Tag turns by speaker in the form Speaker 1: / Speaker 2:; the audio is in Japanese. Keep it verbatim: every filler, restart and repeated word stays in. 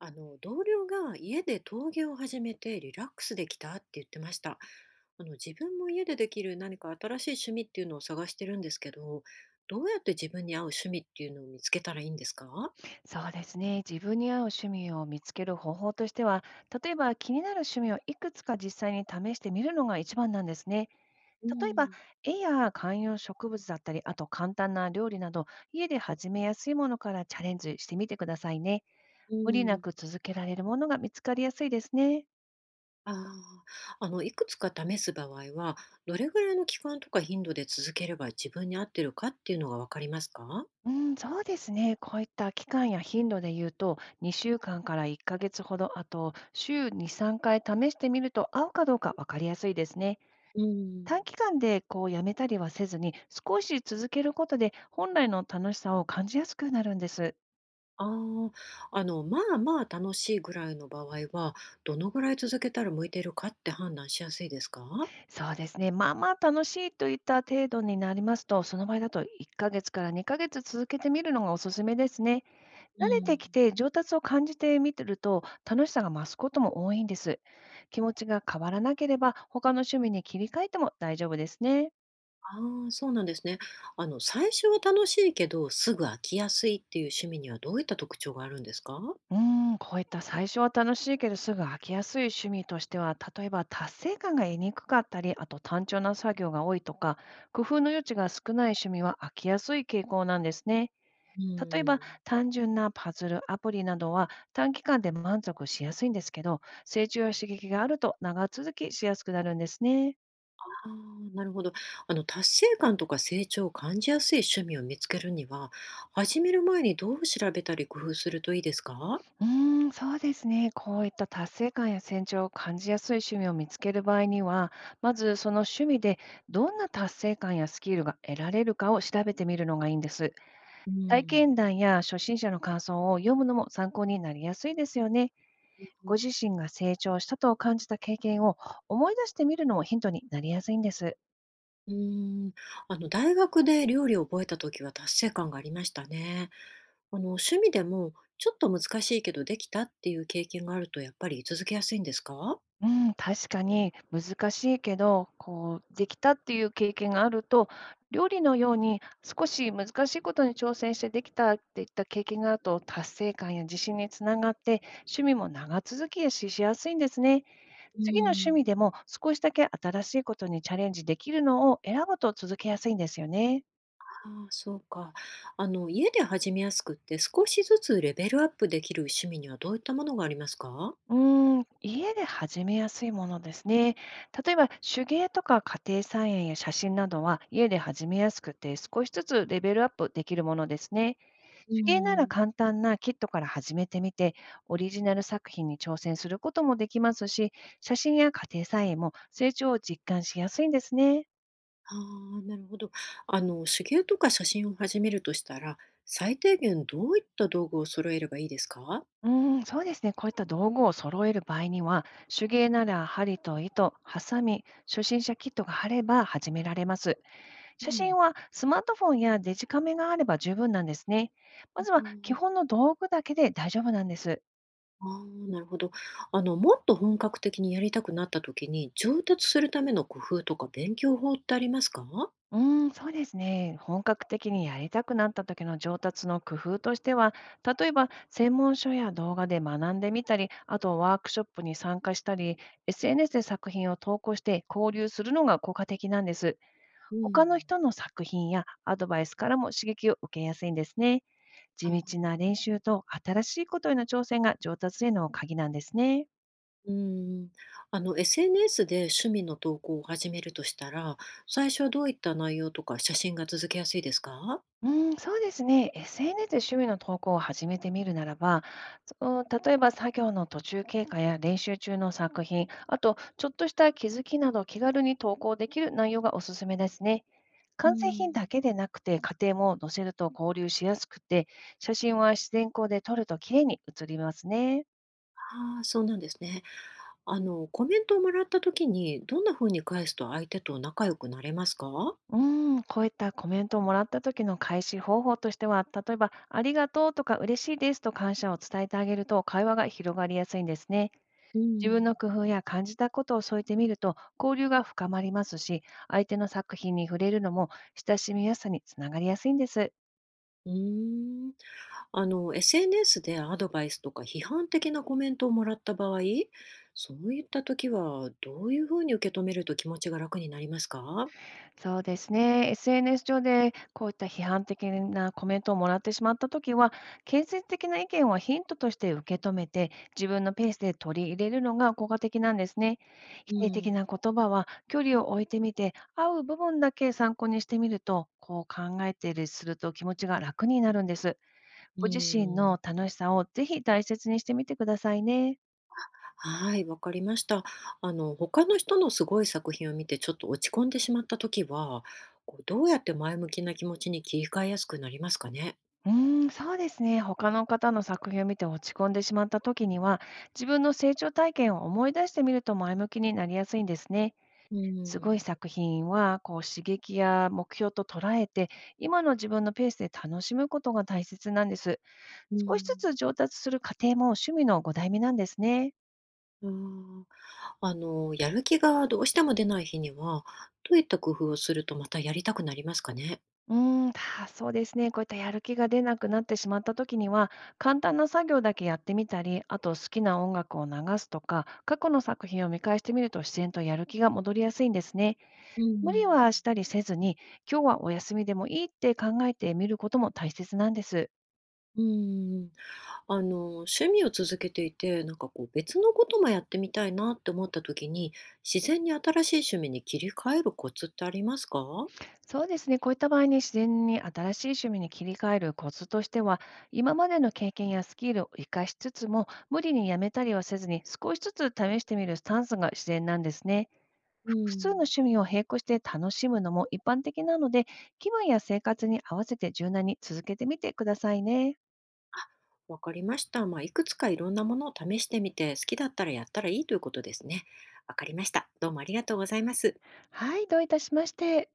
Speaker 1: あの同僚が家で陶芸を始めてリラックスできたって言ってました。あの自分も家でできる何か新しい趣味っていうのを探してるんですけど、どうやって自分に合う趣味っていうのを見つけたらいいんですか？
Speaker 2: そうですね。自分に合う趣味を見つける方法としては、例えば気になる趣味をいくつか実際に試してみるのが一番なんですね。
Speaker 1: う
Speaker 2: 例えば、
Speaker 1: ん、
Speaker 2: 絵や観葉植物だったり、あと簡単な料理など、家で始めやすいものからチャレンジしてみてくださいね。
Speaker 1: う
Speaker 2: 無理な
Speaker 1: ん、
Speaker 2: く続けられるものが見つかりやすいですね。
Speaker 1: ああ、あのいくつか試す場合はどれぐらいの期間とか頻度で続ければ自分に合ってるかっていうのがわかりますか？
Speaker 2: うん、そうですね。こういった期間や頻度で言うと、にしゅうかんかんからいっかげつほど、あと週に、さんかい試してみると合うかどうか分かりやすいですね。
Speaker 1: うん。
Speaker 2: 短期間でこうやめたりはせずに、少し続けることで本来の楽しさを感じやすくなるんです。
Speaker 1: ああ、あの、まあまあ楽しいぐらいの場合は、どのぐらい続けたら向いているかって判断しやすいですか。
Speaker 2: そうですね。まあまあ楽しいといった程度になりますと、その場合だといっかげつからにかげつ続けてみるのがおすすめですね。
Speaker 1: う
Speaker 2: 慣れ
Speaker 1: ん。
Speaker 2: てきて上達を感じてみてると、楽しさが増すことも多いんです。気持ちが変わらなければ、他の趣味に切り替えても大丈夫ですね。
Speaker 1: ああ、そうなんですね。あの、最初は楽しいけど、すぐ飽きやすいっていう趣味にはどういった特徴があるんですか。
Speaker 2: うーん、こういった最初は楽しいけどすぐ飽きやすい趣味としては、例えば達成感が得にくかったり、あと単調な作業が多いとか、工夫の余地が少ない趣味は飽きやすい傾向なんですね。
Speaker 1: う
Speaker 2: 例えば
Speaker 1: ん。
Speaker 2: 単純なパズル、アプリなどは短期間で満足しやすいんですけど、成長や刺激があると長続きしやすくなるんですね。
Speaker 1: ああ、なるほど。あの、達成感とか成長を感じやすい趣味を見つけるには、始める前にどう調べたり工夫するといいですか。
Speaker 2: うーん、そうですね。こういった達成感や成長を感じやすい趣味を見つける場合には、まずその趣味でどんな達成感やスキルが得られるかを調べてみるのがいいんです。
Speaker 1: う
Speaker 2: 体
Speaker 1: ん。
Speaker 2: 験談や初心者の感想を読むのも参考になりやすいですよね。
Speaker 1: う
Speaker 2: ご
Speaker 1: ん
Speaker 2: 自身が成長したと感じた経験を思い出してみるのもヒントになりやすいんです。
Speaker 1: うーん、あの、大学で料理を覚えた時は達成感がありましたね。あの、趣味でもちょっと難しいけどできたっていう経験があるとやっぱり続けやすいんですか。
Speaker 2: うん、確かに難しいけど、こう、できたっていう経験があると、料理のように少し難しいことに挑戦してできたっていった経験があると、達成感や自信につながって、趣味も長続きやししやすいんですね。
Speaker 1: うー
Speaker 2: 次の趣味
Speaker 1: ん、
Speaker 2: でも少しだけ新しいことにチャレンジできるのを選ぶと続けやすいんですよね。
Speaker 1: ああ、そうか。あの、家で始めやすくって少しずつレベルアップできる趣味にはどういったものがありますか。
Speaker 2: うーん、家で始めやすいものですね。例えば手芸とか家庭菜園や写真などは家で始めやすくて少しずつレベルアップできるものですね。
Speaker 1: うー
Speaker 2: 手芸なら
Speaker 1: ん、
Speaker 2: 簡単なキットから始めてみてオリジナル作品に挑戦することもできますし、写真や家庭菜園も成長を実感しやすいんですね。
Speaker 1: ああ、なるほど。あの、手芸とか写真を始めるとしたら、最低限どういった道具を揃えればいいですか。
Speaker 2: うーん、そうですね。こういった道具を揃える場合には、手芸なら針と糸、ハサミ、初心者キットがあれば始められます。
Speaker 1: う
Speaker 2: 写
Speaker 1: ん。
Speaker 2: 真はスマートフォンやデジカメがあれば十分なんですね。まずは基本の道具だけで大丈夫なんです。
Speaker 1: ああ、なるほど。あの、もっと本格的にやりたくなった時に、上達するための工夫とか勉強法ってありますか？
Speaker 2: うーん、そうですね。本格的にやりたくなった時の上達の工夫としては、例えば専門書や動画で学んでみたり、あとワークショップに参加したり、エスエヌエス で作品を投稿して交流するのが効果的なんです。
Speaker 1: う
Speaker 2: 他
Speaker 1: ん。
Speaker 2: の人の作品やアドバイスからも刺激を受けやすいんですね。地道
Speaker 1: あ
Speaker 2: な練習と新しいことへの挑戦が上達への鍵なんですね。
Speaker 1: うーん。あの、エスエヌエス で趣味の投稿を始めるとしたら、最初はどういった内容とか写真が続けやすいですか？
Speaker 2: うん、そうですね。エスエヌエス で趣味の投稿を始めてみるならば、そう例えば作業の途中経過や練習中の作品、あとちょっとした気づきなど気軽に投稿できる内容がおすすめですね。
Speaker 1: うー
Speaker 2: 完成品だ
Speaker 1: ん。
Speaker 2: けでなくて家庭も載せると交流しやすくて、写真は自然光で撮ると綺麗に写りますね。
Speaker 1: ああ、そうなんですね。あの、コメントをもらった時に、どんな風に返すと相手と仲良くなれますか？
Speaker 2: うーん、こういったコメントをもらった時の返し方法としては、例えば、ありがとうとか嬉しいですと感謝を伝えてあげると会話が広がりやすいんですね。
Speaker 1: うー
Speaker 2: 自分の
Speaker 1: ん。
Speaker 2: 工夫や感じたことを添えてみると交流が深まりますし、相手の作品に触れるのも親しみやすさにつながりやすいんです。
Speaker 1: うーん。あの、エスエヌエス でアドバイスとか批判的なコメントをもらった場合、そういった時はどういうふうに受け止めると気持ちが楽になりますか。
Speaker 2: そうですね。エスエヌエス 上でこういった批判的なコメントをもらってしまったときは、建設的な意見はヒントとして受け止めて、自分のペースで取り入れるのが効果的なんですね。否
Speaker 1: う
Speaker 2: 定的な
Speaker 1: ん、
Speaker 2: 言葉は距離を置いてみて、合う部分だけ参考にしてみると、こう考えてすると気持ちが楽になるんです。
Speaker 1: う
Speaker 2: ご自身
Speaker 1: ん、
Speaker 2: の楽しさをぜひ大切にしてみてくださいね。
Speaker 1: はい、わかりました。あの、他の人のすごい作品を見てちょっと落ち込んでしまった時は、こうどうやって前向きな気持ちに切り替えやすくなりますかね。
Speaker 2: うーん、そうですね。他の方の作品を見て落ち込んでしまった時には、自分の成長体験を思い出してみると前向きになりやすいんですね。
Speaker 1: う
Speaker 2: すごい
Speaker 1: ん、
Speaker 2: 作品は、こう刺激や目標と捉えて、今の自分のペースで楽しむことが大切なんです。
Speaker 1: う
Speaker 2: 少しず
Speaker 1: ん。
Speaker 2: つ上達する過程も趣味のご代目なんですね。
Speaker 1: あーあの、やる気がどうしても出ない日には、どういった工夫をするとまたやりたくなりますかね。
Speaker 2: うーん、たそうですね。こういったやる気が出なくなってしまった時には、簡単な作業だけやってみたり、あと好きな音楽を流すとか、過去の作品を見返してみると自然とやる気が戻りやすいんですね。
Speaker 1: う
Speaker 2: 無理は
Speaker 1: ん、
Speaker 2: したりせずに、今日はお休みでもいいって考えてみることも大切なんです。
Speaker 1: うん。あの、趣味を続けていて、なんかこう別のこともやってみたいなって思った時に、自然に新しい趣味に切り替えるコツってありますか？
Speaker 2: そうですね。こういった場合に自然に新しい趣味に切り替えるコツとしては、今までの経験やスキルを活かしつつも、無理にやめたりはせずに、少しずつ試してみるスタンスが自然なんですね。
Speaker 1: う
Speaker 2: 複数の
Speaker 1: ん。
Speaker 2: 趣味を並行して楽しむのも一般的なので、気分や生活に合わせて柔軟に続けてみてくださいね。
Speaker 1: わかりました。まあ、いくつかいろんなものを試してみて、好きだったらやったらいいということですね。わかりました。どうもありがとうございます。
Speaker 2: はい、どういたしまして。